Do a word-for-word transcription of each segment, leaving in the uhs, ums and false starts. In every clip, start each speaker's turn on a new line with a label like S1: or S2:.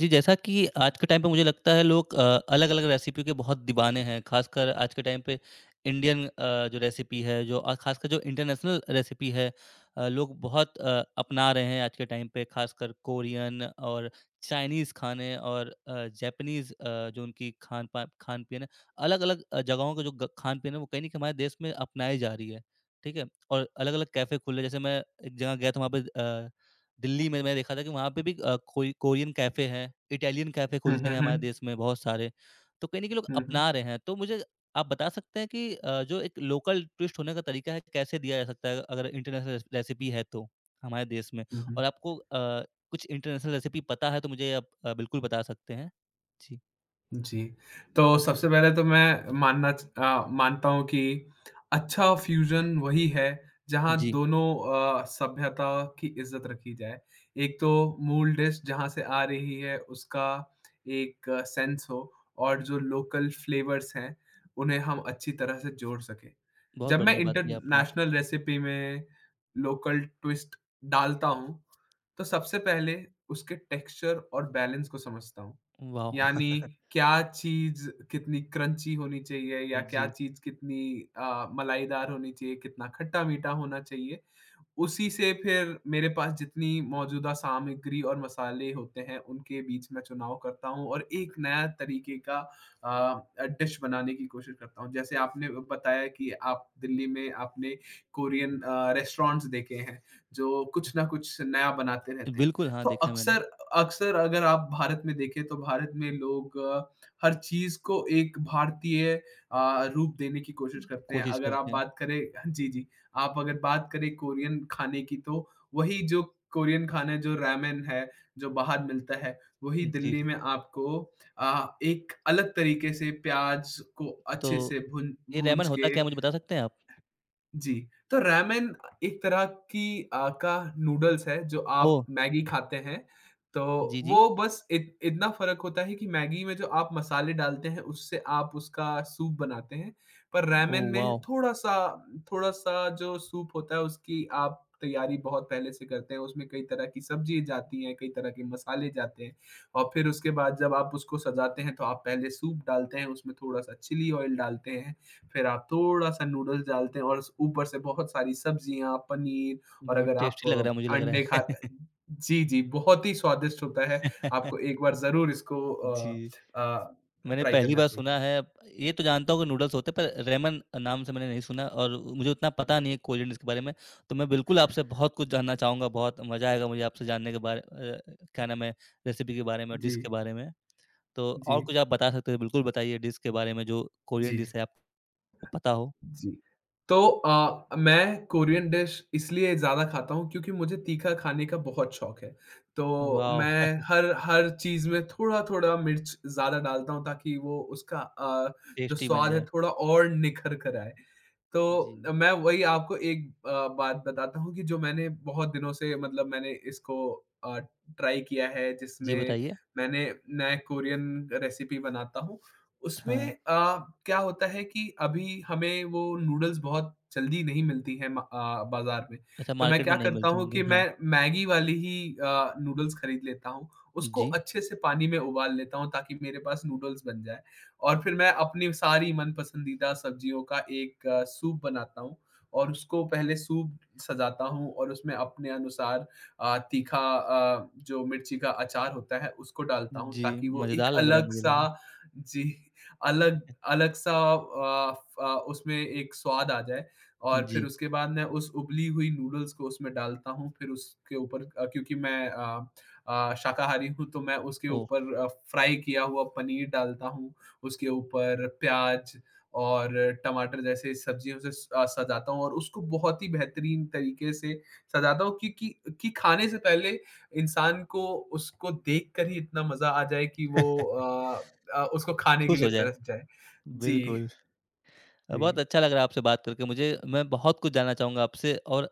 S1: जी, जैसा कि आज के टाइम पे मुझे लगता है लोग अ, अलग-अलग रेसिपी के बहुत दीवाने हैं। ख़ासकर आज के टाइम पे इंडियन अ, जो रेसिपी है जो अ, ख़ासकर जो इंटरनेशनल रेसिपी है अ, लोग बहुत अ, अपना रहे हैं आज के टाइम पे ख़ासकर कोरियन और चाइनीज़ खाने और अ, जापानीज़ अ, जो उनकी खान-पान खान-पीन है, अलग-अलग अ, जगहों का जो ग खान-पीन है वो कहीं न कहीं हमारे देश में अपनाई जा रही है। ठीक है? और अलग-अलग कैफ़े खुले जैसे मैं एक जगह गया था वहाँ पे अ दिल्ली में मैंने देखा था कि वहाँ पे भी अ, कोई कोरियन कैफ़े हैं, इटालियन कैफ़े
S2: हम्म
S1: खुलते हैं
S2: हम्म
S1: हमारे
S2: हम्म
S1: देश में बहुत सारे, तो कहीं न कहीं लोग
S2: हम्म हम्म
S1: अपना रहे हैं। तो मुझे आप बता सकते हैं कि अ, जो एक लोकल ट्विस्ट होने का तरीका है, कैसे दिया जा सकता है अगर इंटरनेशनल रेस रेसिपी है तो, हमारे देश में?
S2: हम्म,
S1: और आपको अ, कुछ इंटरनेशनल रेसिपी पता है तो मुझे आप अ, बिल्कुल बता सकते हैं। जी।
S2: जी। तो सबसे पहले तो मैं मानना च अ, मानता हूँ कि अच्छा फ्यूज़न वही है जहाँ
S1: जी,
S2: दोनों अ, सभ्यता की इज़्ज़त रखी जाए। एक तो मूल डिश जहाँ से आ रही है उसका एक सेंस हो और जो लोकल फ्लेवर्स हैं, उन्हें हम अच्छी तरह से जोड़ सकें।
S1: बहुत
S2: जब मैं
S1: बढ़िया बात की आपने।
S2: इंटरनेशनल रेसिपी में लोकल ट्विस्ट डालता हूँ, तो सबसे पहले उसके टेक्सचर और बैलेंस को समझता हूँ।
S1: वाह!
S2: यानी क्या चीज़ कितनी क्रंची होनी चाहिए या क्या
S1: जी,
S2: चीज़ कितनी अ, मलाईदार होनी चाहिए, कितना खट्टा-मीठा होना चाहिए। उसी से फिर मेरे पास जितनी मौजूदा सामग्री और मसाले होते हैं, उनके बीच मैं चुनाव करता हूँ और एक नया तरीके का अ, डिश बनाने की कोशिश करता हूँ। जैसे आपने बताया कि आप दिल्ली में आपने कोरियन अ, रेस्टोरेंट्स देखे हैं, जो कुछ ना कुछ नया बनाते रहते हैं।
S1: बिल्कुल हाँ,
S2: तो
S1: देखा है मैंने,
S2: अक्सर अक्सर अगर आप भारत में देखें तो भारत में लोग अ, हर चीज़ को एक भारतीय अ, रूप देने की कोशिश करते हैं।
S1: कोशिश
S2: अगर आप
S1: करते हैं।
S2: बात करें जी, जी। आप अगर बात करें कोरियन खाने की तो वही जो कोरियन खाना है, जो रामेन है, जो बाहर मिलता है, वही
S1: जी,
S2: दिल्ली में आपको अ, एक अलग तरीके से प्याज़ को अच्छे
S1: तो
S2: से भून
S1: ये रेमन
S2: भूँज
S1: होता
S2: के
S1: क्या है मुझे बता सकते हैं आप?
S2: जी, तो रामेन एक तरह की अ, का नूडल्स है जो
S1: ओह!
S2: आप मैगी खाते हैं, तो
S1: जी, जी।
S2: वो बस इत इतना फ़र्क होता है कि मैगी में जो आप मसाले डालते हैं उससे आप उसका सूप बनाते हैं, पर
S1: ओह
S2: रामेन में
S1: वाव!
S2: थोड़ा-सा थोड़ा-सा जो सूप होता है उसकी आप तैयारी बहुत पहले से करते हैं, उसमें कई तरह की सब्ज़ी जाती हैं, कई तरह के मसाले जाते हैं और फिर उसके बाद जब आप उसको सजाते हैं तो आप पहले सूप डालते हैं, उसमें थोड़ा-सा चिली ऑयल डालते हैं। फिर आप थोड़ा-सा नूडल्स डालते हैं और स ऊपर से बहुत सारी सब्जियाँ, पनीर और
S1: बहुत
S2: अगर आप
S1: टेस्टी लग रहा है मुझे
S2: अ,
S1: लग
S2: अंडे खा
S1: रहा
S2: जी, जी, बहुत ही स्वादिष्ट होता है।
S1: है।
S2: आपको एक बार ज़रूर इसको अ
S1: जी,
S2: अ,
S1: मैंने
S2: ट्राई
S1: पहली
S2: करना
S1: बार सुना
S2: चाहिए।
S1: है ये तो जानता हूँ कि नूडल्स होते हैं पर रेमन नाम से मैंने नहीं सुना और मुझे उतना पता नहीं है कोरियन डिश के बारे में। तो मैं बिल्कुल आपसे बहुत कुछ जानना चाहूँगा, बहुत मज़ा आएगा मुझे आपसे जानने के बारे अ, क्या नाम है रेसिपी के बारे में और डिश
S2: जी,
S1: के बारे में। तो
S2: जी,
S1: और कुछ आप बता सकते हो बिल्कुल बताइए डिश के बारे में जो कोरियन
S2: जी।
S1: डिश है आपको पता हो।
S2: जी। तो अ, मैं कोरियन डिश इसलिए ज़्यादा खाता हूँ क्योंकि मुझे तीखा खाने का बहुत शौक है। तो
S1: वाव!
S2: मैं हर हर चीज़ में थोड़ा-थोड़ा मिर्च ज़्यादा डालता हूँ ताकि वो उसका अ, जो
S1: टेस्टी बन
S2: स्वाद है
S1: जाए।
S2: थोड़ा और निखर कर आए।
S1: जी,
S2: तो मैं वही आपको एक अ, बात बताता हूँ कि जो मैंने बहुत दिनों से मतलब मैंने इसको अ, ट्राई किया है
S1: जी
S2: जिसमें
S1: बताइए?
S2: मैंने मैं कोरियन रेसिपी बनाता हूँ। उसमें
S1: हाँ,
S2: अ, क्या होता है कि अभी हमें वो नूडल्स बहुत जल्दी नहीं मिलती हैं म अ, बाज़ार में,
S1: अच्छा
S2: तो मैं
S1: मार्केट में
S2: क्या
S1: नहीं
S2: करता
S1: मिलते
S2: हूँ
S1: होंगे।
S2: कि
S1: हाँ,
S2: मैं मैगी वाली ही अ, नूडल्स खरीद लेता हूँ। उसको
S1: जी।
S2: अच्छे से पानी में उबाल लेता हूँ ताकि मेरे पास नूडल्स बन जाए और फिर मैं अपनी सारी मन-पसंदीदा सब्जियों का एक आ, सूप बनाता हूँ और उसको पहले सूप सजाता हूँ और उसमें अपने अनुसार अ, तीखा अ, जो मिर्ची का अचार होता है उसको डालता हूँ
S1: जी,
S2: ताकि वो एक
S1: मज़ेदार लग रहा है मुझे
S2: अलग-सा
S1: लगा।
S2: जी। अलग अलग-सा अ, फ अ, उसमें एक स्वाद आ जाए और फिर
S1: जी,
S2: उसके बाद मैं उस उबली हुई नूडल्स को उसमें डालता हूँ। फिर उसके ऊपर अ, क्योंकि मैं अ अ, शाकाहारी हूँ तो मैं उसके
S1: ओह!
S2: ऊपर अ, फ्राई किया हुआ पनीर डालता हूँ। उसके ऊपर प्याज़ और टमाटर जैसे सब्जियों से स अ, सजाता हूँ और उसको बहुत ही बेहतरीन तरीके से सजाता हूँ क्योंकि कि खाने से पहले इंसान को उसको देखकर ही इतना मज़ा आ जाए कि वो अ, अ, उसको खाने के
S1: खुश
S2: लिए
S1: हो जाए,
S2: तरस जाए। जी,
S1: बिल्कुल। अ, बहुत
S2: जी,
S1: अच्छा लग रहा है आपसे बात करके मुझे। मैं बहुत कुछ जानना चाहूँगा आपसे और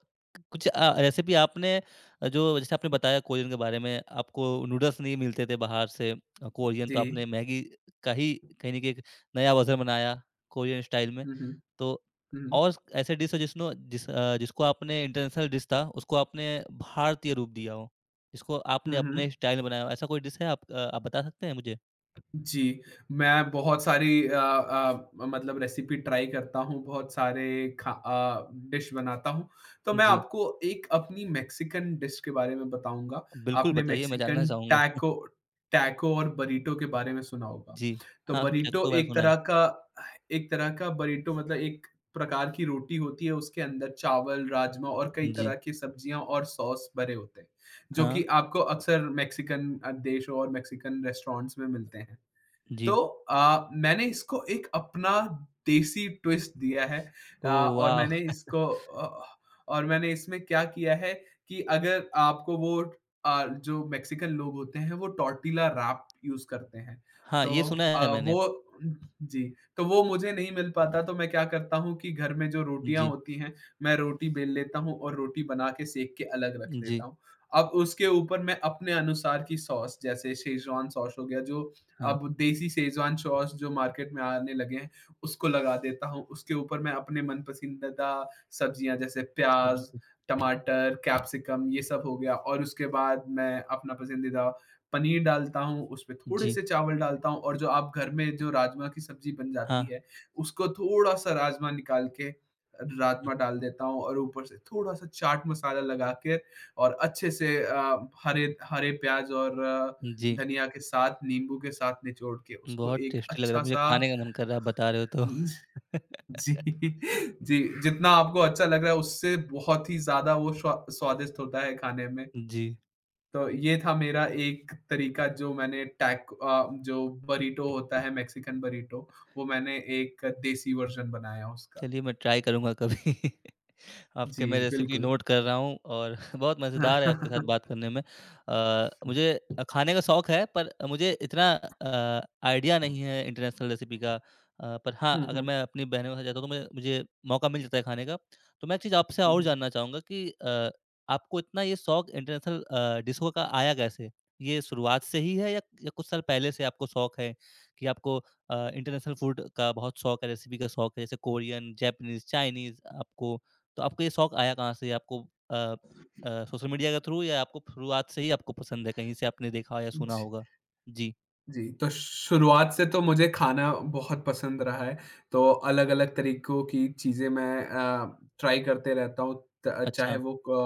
S1: कुछ अ, रेसिपी आपने अ, जो जैसे आपने बताया कोरियन के बारे में, आपको नूडल्स नहीं मिलते थे बाहर से। अ, कोरियन तो
S2: जी।
S1: आपने मैगी का ही कहीं न कहीं एक नया वर्ज़न बनाया कोरियन स्टाइल में।
S2: हुँ, हुँ।
S1: तो
S2: हुँ, हुँ।
S1: और ऐसे डिश हो जिसनो जिस अ, जिसको आपने इंटरनेशनल डिश था, उसको आपने भारतीय रूप दिया हो, जिसको आपने
S2: हुँ,
S1: अपने
S2: हुँ।
S1: स्टाइल में बनाया हो। ऐसा कोई डिश है आप अ, आप बता सकते हैं मुझे?
S2: जी, मैं बहुत सारी अ अ, मतलब रेसिपी ट्राई करता हूँ, बहुत सारे खा अ, डिश बनाता हूँ। तो मैं
S1: जी,
S2: आपको एक अपनी मेक्सिकन डिश के बारे में बताऊँगा।
S1: बिल्कुल
S2: आपने
S1: बताइए मैं जानना
S2: मेक्सिकन
S1: चाहूँगा।
S2: टैको टैको और बरीटो के बारे में सुना होगा।
S1: जी,
S2: तो
S1: हाँ, चक्कू
S2: बरीटो
S1: के बारे में
S2: एक
S1: सुना है।
S2: तरह का एक तरह का बरीटो मतलब एक प्रकार की रोटी होती है, उसके अंदर चावल, राजमा और कई
S1: जी।
S2: तरह की सब्जियाँ और सॉस भरे होते हैं, जो
S1: हाँ,
S2: कि आपको अक्सर मेक्सिकन अ, देशों और मेक्सिकन रेस्टोरेंट्स में मिलते हैं।
S1: जी।
S2: तो अ, मैंने इसको एक अपना देसी ट्विस्ट दिया है अ,
S1: ओह
S2: और मैंने
S1: वाह!
S2: इसको अ, और मैंने इसमें क्या किया है कि अगर आपको वो अ, जो मेक्सिकन लोग होते हैं वो टॉर्टिला रैप यूज़ करते हैं।
S1: हाँ,
S2: तो
S1: ये सुना
S2: अ,
S1: है मैंने।
S2: वो जी, तो वो मुझे नहीं मिल पाता तो मैं क्या करता हूँ कि घर में जो रोटियाँ
S1: जी,
S2: होती हैं, मैं रोटी बेल लेता हूँ और रोटी बना के सेक के अलग रख लेता
S1: जी,
S2: हूँ। अब उसके ऊपर मैं अपने अनुसार की सॉस जैसे शेज़वान सॉस हो गया जो
S1: हाँ,
S2: अब देसी शेज़वान सॉस जो मार्केट में आने लगे हैं, उसको लगा देता हूँ। उसके ऊपर मैं अपने मन पसंदीदा सब्जियाँ जैसे प्याज़,
S1: सब्ज़ी
S2: टमाटर, कैप्सिकम ये सब हो गया और उसके बाद मैं अपना पसंदीदा पनीर डालता हूँ, उसमें थोड़े
S1: जी,
S2: से चावल डालता हूँ और जो आप घर में जो राजमा की सब्जी बन
S1: हाँ,
S2: जाती है, उसको थोड़ा-सा राजमा निकाल के राजमा डाल देता हूँ और ऊपर से थोड़ा-सा चाट मसाला लगा के और अच्छे से अ, हरे हरे प्याज़ और
S1: जी।
S2: धनिया के साथ, नींबू के साथ निचोड़ के उसको
S1: बहुत
S2: एक
S1: टेस्टी लग रहा है, मुझे
S2: अच्छा-सा
S1: खाने का मन कर रहा है, आप बता रहे हो तो।
S2: जी, जी, जितना आपको अच्छा लग रहा है उससे बहुत ही ज़्यादा वो स्वा स्वादिष्ट होता है खाने में।
S1: जी,
S2: तो ये था मेरा एक तरीका जो मैंने टैक अ, जो बर्रिटो होता है मेक्सिकन बर्रिटो, वो मैंने एक देसी वर्ज़न बनाया उसका।
S1: चलिए मैं ट्राई करूँगा कभी। आपके
S2: जी,
S1: मैं रेसिपी
S2: बिल्कुल।
S1: नोट कर रहा हूँ और बहुत मज़ेदार है आपके साथ बात करने में। अ, मुझे अ, खाने का शौक है पर मुझे इतना अ, आइडिया नहीं है इंटरनेशनल रेसिपी का। अ, पर हाँ,
S2: हुँ,
S1: अगर
S2: हुँ।
S1: मैं अपनी बहनों के साथ जाता हूँ तो मैं मुझे मौका मिल जाता है खाने का। तो मैं एक चीज़ आपसे और
S2: हुँ,
S1: जानना चाहूँगा कि अ, आपको इतना ये शौक इंटरनेशनल अ, डिशों का आया कैसे? ये शुरुआत से ही है या या कुछ साल पहले से आपको शौक है कि आपको अ, इंटरनेशनल फूड का बहुत शौक है, रेसिपी का शौक है जैसे कोरियन, जापानीज़, चाइनीज़ आपको तो आपको ये शौक आया कहाँ से? आपको अ अ, सोशल मीडिया के थ्रू या आपको शुरुआत से ही आपको पसंद है, कहीं से आपने देखा या
S2: हुँ।
S1: सुना होगा? जी,
S2: जी, तो शुरुआत से तो मुझे खाना बहुत पसंद रहा है, तो अलग-अलग तरीकों की चीज़ें मैं अ, ट्राई करते रहता हूँ। त चाहे
S1: अच्छा।
S2: वो क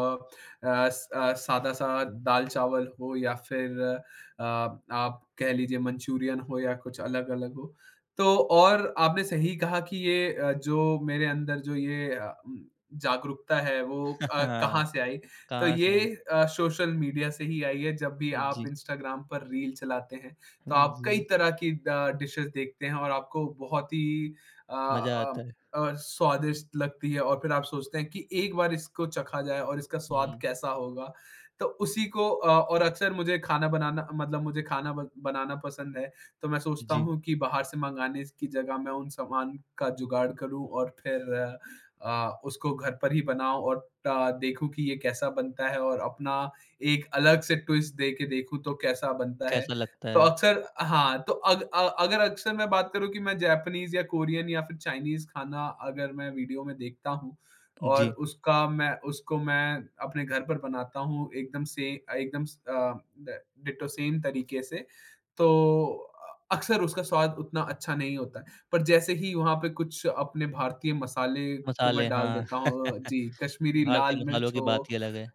S2: अ, स अ, सादा-सा दाल-चावल हो या फिर अ, आप कह लीजिए मंचूरियन हो या कुछ अलग-अलग हो। तो और आपने सही कहा कि ये अ, जो मेरे अंदर जो ये अ, उम, जागरूकता है वो अ,
S1: हाँ,
S2: कहाँ से आई? तो
S1: कहाँ से
S2: ये
S1: आई?
S2: अ, सोशल मीडिया से ही आई है, जब भी आप
S1: जी,
S2: इंस्टाग्राम पर रील चलाते हैं, तो आप कई
S1: जी,
S2: तरह की ड डिशेज़ देखते हैं और आपको बहुत ही अ
S1: मज़ा
S2: अ
S1: आता है।
S2: अ, स्वादिष्ट लगती है और फिर आप सोचते हैं कि एक बार इसको चखा जाए और इसका स्वाद
S1: हुँ,
S2: कैसा होगा। तो उसी को अ, और अक्सर मुझे खाना बनाना मतलब मुझे खाना ब बनाना पसंद है, तो मैं सोचता
S1: जी,
S2: हूँ कि बाहर से मँगाने की जगह मैं उन सामान का जुगाड़ करूँ और फिर अ, अ, उसको घर पर ही बनाऊँ और टा देखूँ कि ये कैसा बनता है और अपना एक अलग से ट्विस्ट दे के देखूँ तो कैसा बनता है।
S1: कैसा लगता
S2: तो
S1: है?
S2: अक्सर हाँ, तो अग अ अगर अक्सर मैं बात करूँ कि मैं जैपनीज़ या कोरियन या फिर चाइनीज़ खाना अगर मैं वीडियो में देखता हूँ और
S1: जी,
S2: उसका मैं उसको मैं अपने घर पर बनाता हूँ एकदम से एकदम स अ, ड डिट्टो सेम तरीके से, तो अ, अक्सर उसका स्वाद उतना अच्छा नहीं होता है। पर जैसे ही वहाँ पे कुछ अपने भारतीय मसाले को मैं
S1: मसाले
S2: डाल
S1: हाँ,
S2: देता हूँ जी, कश्मीरी लाल
S1: भारतीय मसालों
S2: मिर्च
S1: की
S2: हो
S1: बात ही अलग है।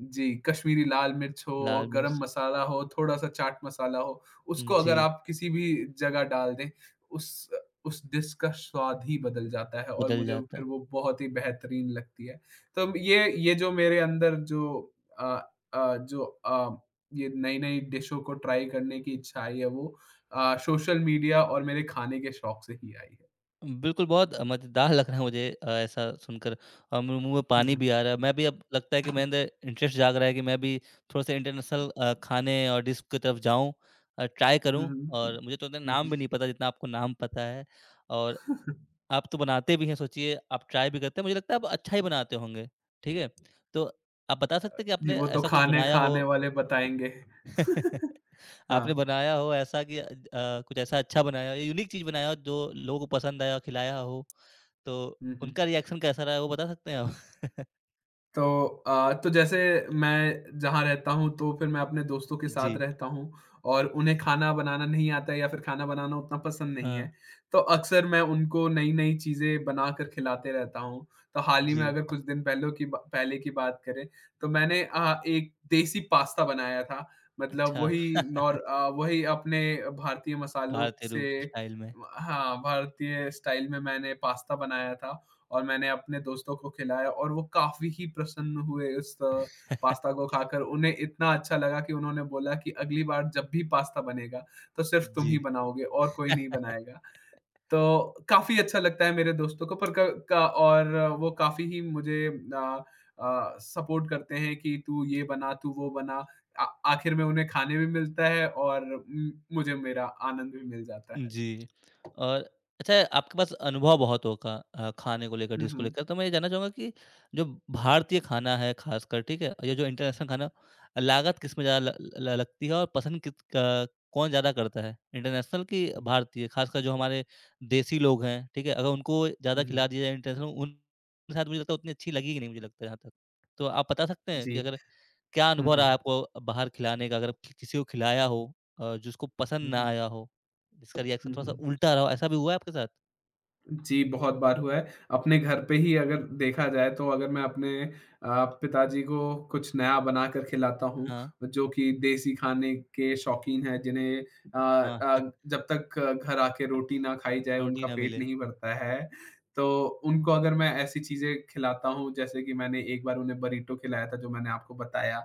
S2: जी, कश्मीरी लाल मिर्च हो
S1: लाल
S2: और गरम
S1: मिर्च
S2: मसाला हो, थोड़ा-सा चाट मसाला हो, उसको अगर
S1: जी,
S2: आप किसी भी जगह डाल दें, उस उस डिश का स्वाद ही बदल जाता है और
S1: बदल
S2: मुझे
S1: जाता है।
S2: फिर वो बहुत ही बेहतरीन लगती है। तो ये ये जो मेरे अंदर जो अ अ, जो अ, ये नई-नई डिशों को ट्राई करने की इच्छा आई है वो अ, सोशल मीडिया और मेरे खाने के शौक से ही आई है।
S1: बिल्कुल, बहुत मज़ेदार लग रहा है मुझे अ, ऐसा सुनकर और मेरे मुँह में
S2: हुँ,
S1: पानी
S2: हुँ।
S1: भी आ रहा है। मैं भी अब लगता है कि मेरे अंदर इंटरेस्ट जाग रहा है कि मैं भी थोड़ा-सा इंटरनेशनल अ, खाने और डिश की तरफ जाऊँ अ, ट्राई
S2: हुँ,
S1: करूँ
S2: हुँ।
S1: और मुझे तो उतना
S2: हुँ,
S1: नाम
S2: हुँ।
S1: भी नहीं पता जितना आपको नाम पता है और आप तो बनाते भी हैं, सोचिए आप ट्राई भी करते हैं। मुझे लगता है आप अच्छा ही बनाते होंगे, ठीक है? तो आप बता सकते हैं कि
S2: जी,
S1: आपने
S2: वो तो
S1: ऐसा कुछ बनाया हो
S2: खाने-खाने वाले बताएँगे।
S1: आपने
S2: हाँ।
S1: बनाया हो ऐसा कि अ, कुछ ऐसा अच्छा बनाया हो या यूनिक चीज़ बनाया हो जो लोगों को पसंद आया, खिलाया हो? तो
S2: हुँ, हुँ।
S1: उनका रिएक्शन कैसा रहा है वो बता सकते हैं आप?
S2: तो अ, तो जैसे मैं जहाँ रहता हूँ तो फिर मैं अपने दोस्तों के साथ
S1: जी,
S2: रहता हूँ और उन्हें खाना बनाना नहीं आता है या फिर खाना बनाना उतना पसंद नहीं
S1: हाँ,
S2: है। तो अक्सर मैं उनको नई-नई चीज़ें बनाकर खिलाते रहता हूँ। तो हाल ही में
S1: जी।
S2: अगर कुछ दिन पहले की बा पहले की बात करें तो मैंने अ, एक देसी पास्ता बनाया था। मतलब
S1: अच्छा,
S2: वही नॉर अ, वही अपने भारतीय मसालों
S1: भारतीय
S2: से
S1: रूप स्टाइल में।
S2: हाँ, भारतीय स्टाइल में मैंने पास्ता बनाया था और मैंने अपने दोस्तों को खिलाया और वो काफ़ी ही प्रसन्न हुए उस अ, पास्ता को खाकर। उन्हें इतना अच्छा लगा कि उन्होंने बोला कि अगली बार जब भी पास्ता बनेगा, तो सिर्फ़ तुम
S1: जी।
S2: ही बनाओगे और कोई नहीं बनाएगा। तो काफ़ी अच्छा लगता है मेरे दोस्तों को पर क का और वो काफ़ी ही मुझे अ अ, सपोर्ट करते हैं कि तू ये बना, तू वो बना। आ आखिर में उन्हें खाने भी मिलता है और उम, मुझे मेरा आनंद भी मिल जाता है।
S1: जी। और अच्छा आपके पास अनुभव बहुत होगा अ, खाने को लेकर,
S2: हुँ,
S1: डिश को
S2: हुँ।
S1: लेकर, तो मैं ये जानना चाहूँगा कि जो भारतीय खाना है ख़ासकर, ठीक है? और ये जो इंटरनेशनल खाना, लागत किस में ज़्यादा ल ल लगती है और पसंद किस क कौन ज़्यादा करता है? इंटरनेशनल कि
S2: हुँ,
S1: भारतीय? ख़ासकर जो हमारे देसी लोग हैं, ठीक है? अगर उनको ज़्यादा
S2: हुँ, हुँ।
S1: खिला दिया जाए इंटरनेशनल, उन उनके साथ मुझे लगता है उतनी अच्छी लगेगी नहीं, मुझे लगता है यहाँ तक। तो आप बता सकते हैं कि
S2: जी।
S1: अगर क्या
S2: हुँ,
S1: अनुभव रहा
S2: हुँ।
S1: है आपको बाहर खिलाने का? अगर कि किसी को खिलाया हो अ, जिसको पसंद
S2: हुँ,
S1: ना
S2: हुँ।
S1: आया हो, जिसका रिएक्शन
S2: हुँ,
S1: थोड़ा-सा
S2: हुँ।
S1: उल्टा रहा हो, ऐसा भी हुआ है आपके साथ?
S2: जी, बहुत बार हुआ है। अपने घर पे ही अगर देखा जाए तो अगर मैं अपने अ, पिताजी को कुछ नया बनाकर खिलाता हूँ,
S1: हाँ,
S2: जो कि देसी खाने के शौकीन हैं जिन्हें अ
S1: हाँ,
S2: अ, जब तक घर आके रोटी ना खाई जाए
S1: रोटी
S2: उनका
S1: ना
S2: पेट
S1: मिले।
S2: नहीं भरता है। तो उनको अगर मैं ऐसी चीज़ें खिलाता हूँ जैसे कि मैंने एक बार उन्हें बरीटो खिलाया था जो मैंने आपको बताया,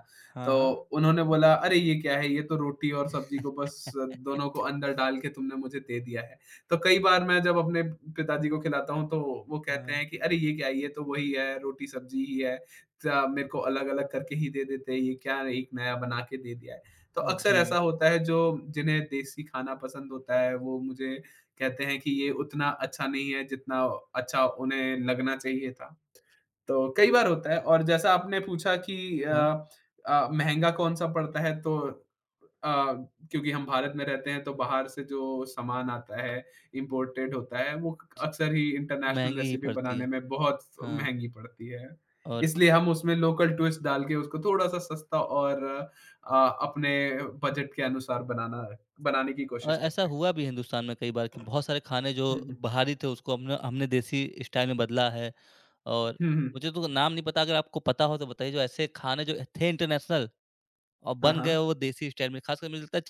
S2: तो
S1: हाँ, हाँ।
S2: उन्होंने बोला, "अरे! ये क्या है? ये तो रोटी और सब्ज़ी को बस दोनों को अंदर डाल के तुमने मुझे दे दिया है।" तो कई बार मैं जब अपने पिताजी को खिलाता हूँ, तो वो कहते
S1: हाँ।
S2: हैं कि अरे! ये क्या है? ये तो वही है, रोटी-सब्ज़ी ही है। चा मेरे को अलग-अलग करके ही दे देते हैं, ये क्या एक नया बना के दे दिया है। तो अक्सर ऐसा
S1: जी,
S2: होता है जो जिन्हें देसी खाना पसंद होता है, वो मुझे कहते हैं कि ये उतना अच्छा नहीं है, जितना अच्छा उन्हें लगना चाहिए था। तो कई बार होता है और जैसा आपने पूछा कि अ
S1: हाँ।
S2: अ, महँगा कौन-सा पड़ता है तो अ, क्योंकि हम भारत में रहते हैं तो बाहर से जो सामान आता है, इम्पोर्टेड होता है वो
S1: जी।
S2: अक्सर ही इंटरनेशनल
S1: महँगी ही
S2: रेसिपी
S1: पड़ती है।
S2: बनाने में बहुत
S1: हाँ,
S2: महँगी पड़ती है।
S1: और
S2: इसलिए हम उसमें लोकल ट्विस्ट डाल के उसको थोड़ा-सा सस्ता और अ, अपने बजट के अनुसार बनाना बनाने की
S1: अ,
S2: कोशिश
S1: ऐसा
S2: करते हैं।
S1: हुआ भी हिंदुस्तान में कई बार कि बहुत सारे खाने जो
S2: हुँ, हुँ।
S1: बाहरी थे उसको हमने हमने देसी स्टाइल में बदला है और
S2: हुँ, हुँ।
S1: मुझे तो नाम नहीं पता अगर आपको पता हो तो बताइए जो ऐसे खाने जो थे इंटरनेशनल और
S2: हाँ,
S1: बन गए
S2: हाँ।
S1: वो देसी स्टाइल में, खासकर मुझे लगता है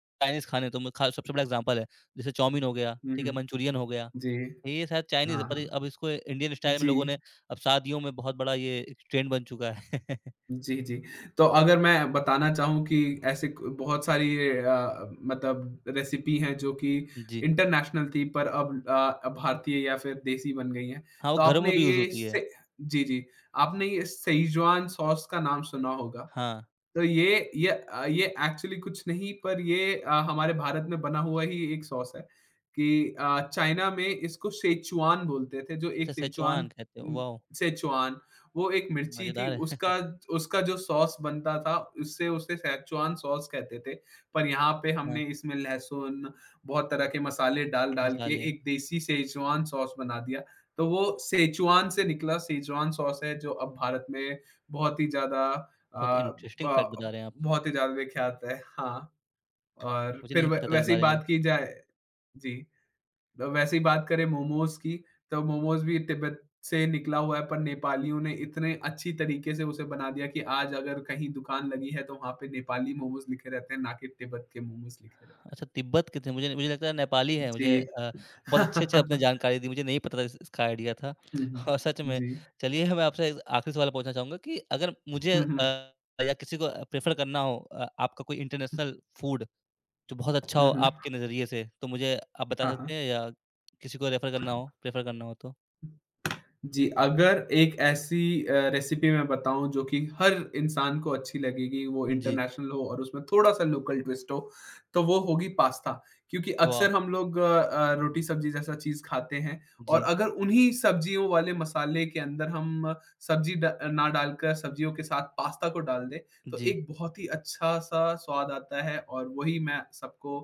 S1: चाइनीज़ खाने तो मैं खा सबसे बड़ा एग्ज़ाम्पल है। जैसे चाउमीन हो गया,
S2: हुँ,
S1: ठीक है,
S2: हुँ।
S1: मंचूरियन हो गया,
S2: जी।
S1: ये शायद चाइनीज़
S2: हाँ,
S1: है, पर ये
S2: हाँ।
S1: अब इसको इंडियन स्टाइल में
S2: जी।
S1: लोगों ने अब शादियों में बहुत बड़ा ये एक ट्रेंड बन चुका है।
S2: जी, जी। तो अगर मैं बताना चाहूँ कि ऐसे क बहुत सारी अ, मतलब रेसिपी हैं जो कि
S1: जी।
S2: इंटरनेशनल थी पर अब अ, भारतीय या फिर देसी बन गई हैं।
S1: हाँ, वो
S2: तो
S1: घरों में
S2: आपने
S1: भी यूज़
S2: ये
S1: होती है।
S2: से जी, जी। आपने ये शेज़वान सॉस का नाम सुना होगा।
S1: हाँ,
S2: तो ये ये अ, ये एक्चुअली कुछ नहीं पर ये अ, हमारे भारत में बना हुआ ही एक सॉस है कि अ, चाइना में इसको सेचुआन बोलते थे जो
S1: अच्छा
S2: एक सेचुआन
S1: सेचुआन कहते हो,
S2: उम,
S1: वाओ!
S2: सेचुआन वो एक मिर्ची थी
S1: मज़ेदार है।
S2: उसका उसका जो सॉस बनता था उससे उसे सेचुआन सॉस कहते थे। पर यहाँ पे
S1: हाँ,
S2: हमने इसमें लहसुन, बहुत तरह के मसाले डाल-डाल के
S1: मसाले,
S2: एक देसी सेचुआन सॉस बना दिया। तो वो सेचुआन से निकला सेचुआन सॉस है जो अब भारत में बहुत ही ज़्यादा
S1: बहुत
S2: अ,
S1: इंटरेस्टिंग फैक्ट बता
S2: ब
S1: रहे हैं आप।
S2: बहुत ही ज़्यादा देखिए आता है, हाँ। और
S1: मुझे
S2: फिर
S1: नहीं
S2: वै
S1: पता था इस
S2: वैसे ही
S1: बारे में।
S2: बात की जाए जी, तो वैसे ही बात करें मोमोज़ की, तो मोमोज़ भी तिब्बत से निकला हुआ है, पर नेपालियों ने इतने अच्छी तरीके से उसे बना दिया कि आज अगर कहीं दुकान लगी है, तो वहाँ पे नेपाली मोमोज़ लिखे रहते हैं, ना कि तिब्बत के मोमोज़ लिखे रहते
S1: अच्छा, तिब्बत के थे। मुझे मुझे लगता है नेपाली
S2: हैं।
S1: हैं। मुझे
S2: जी।
S1: अ, बहुत अच्छे-अच्छे आपने जानकारी दी, मुझे नहीं पता था इस इसका आइडिया था।
S2: हुँ,
S1: और सच
S2: हुँ।
S1: में
S2: जी।
S1: चलिए मैं आपसे एक आखिरी सवाल पूछना चाहूँगा कि अगर मुझे
S2: हुँ, हुँ।
S1: अ, या किसी को प्रेफ़र करना हो अ, आपका कोई इंटरनेशनल फूड जो बहुत अच्छा हो
S2: हुँ, हुँ।
S1: आपके नज़रिए से, तो मुझे आप बता
S2: हाँ,
S1: सकते
S2: हाँ।
S1: हैं या किसी को रेफ़र करना हो प्रेफ़र करना हो तो?
S2: जी, अगर एक ऐसी अ, रेसिपी मैं बताऊँ जो कि हर इंसान को अच्छी लगेगी, वो
S1: जी।
S2: इंटरनेशनल हो और उसमें थोड़ा-सा लोकल ट्विस्ट हो, तो वो होगी पास्ता। क्योंकि अक्सर
S1: वाह!
S2: हम लोग अ अ, रोटी-सब्ज़ी जैसा चीज़ खाते हैं और
S1: जी,
S2: अगर उन्हीं सब्ज़ियों वाले मसाले के अंदर हम सब्ज़ी ड ना डालकर सब्ज़ियों के साथ पास्ता को डाल दें, तो
S1: जी।
S2: एक बहुत ही अच्छा-सा स्वाद आता है और वही मैं सबको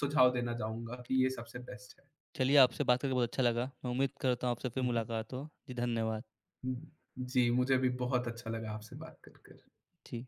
S2: सुझाव देना चाहूँगा कि ये सबसे बेस्ट है।
S1: चलिए आपसे बात करके बहुत अच्छा लगा। मैं उम्मीद करता हूँ आपसे फिर
S2: हुँ, हुँ।
S1: मुलाकात हो। जी, धन्यवाद।
S2: हुँ। जी, मुझे भी बहुत अच्छा लगा आपसे बात कर, कर।
S1: जी।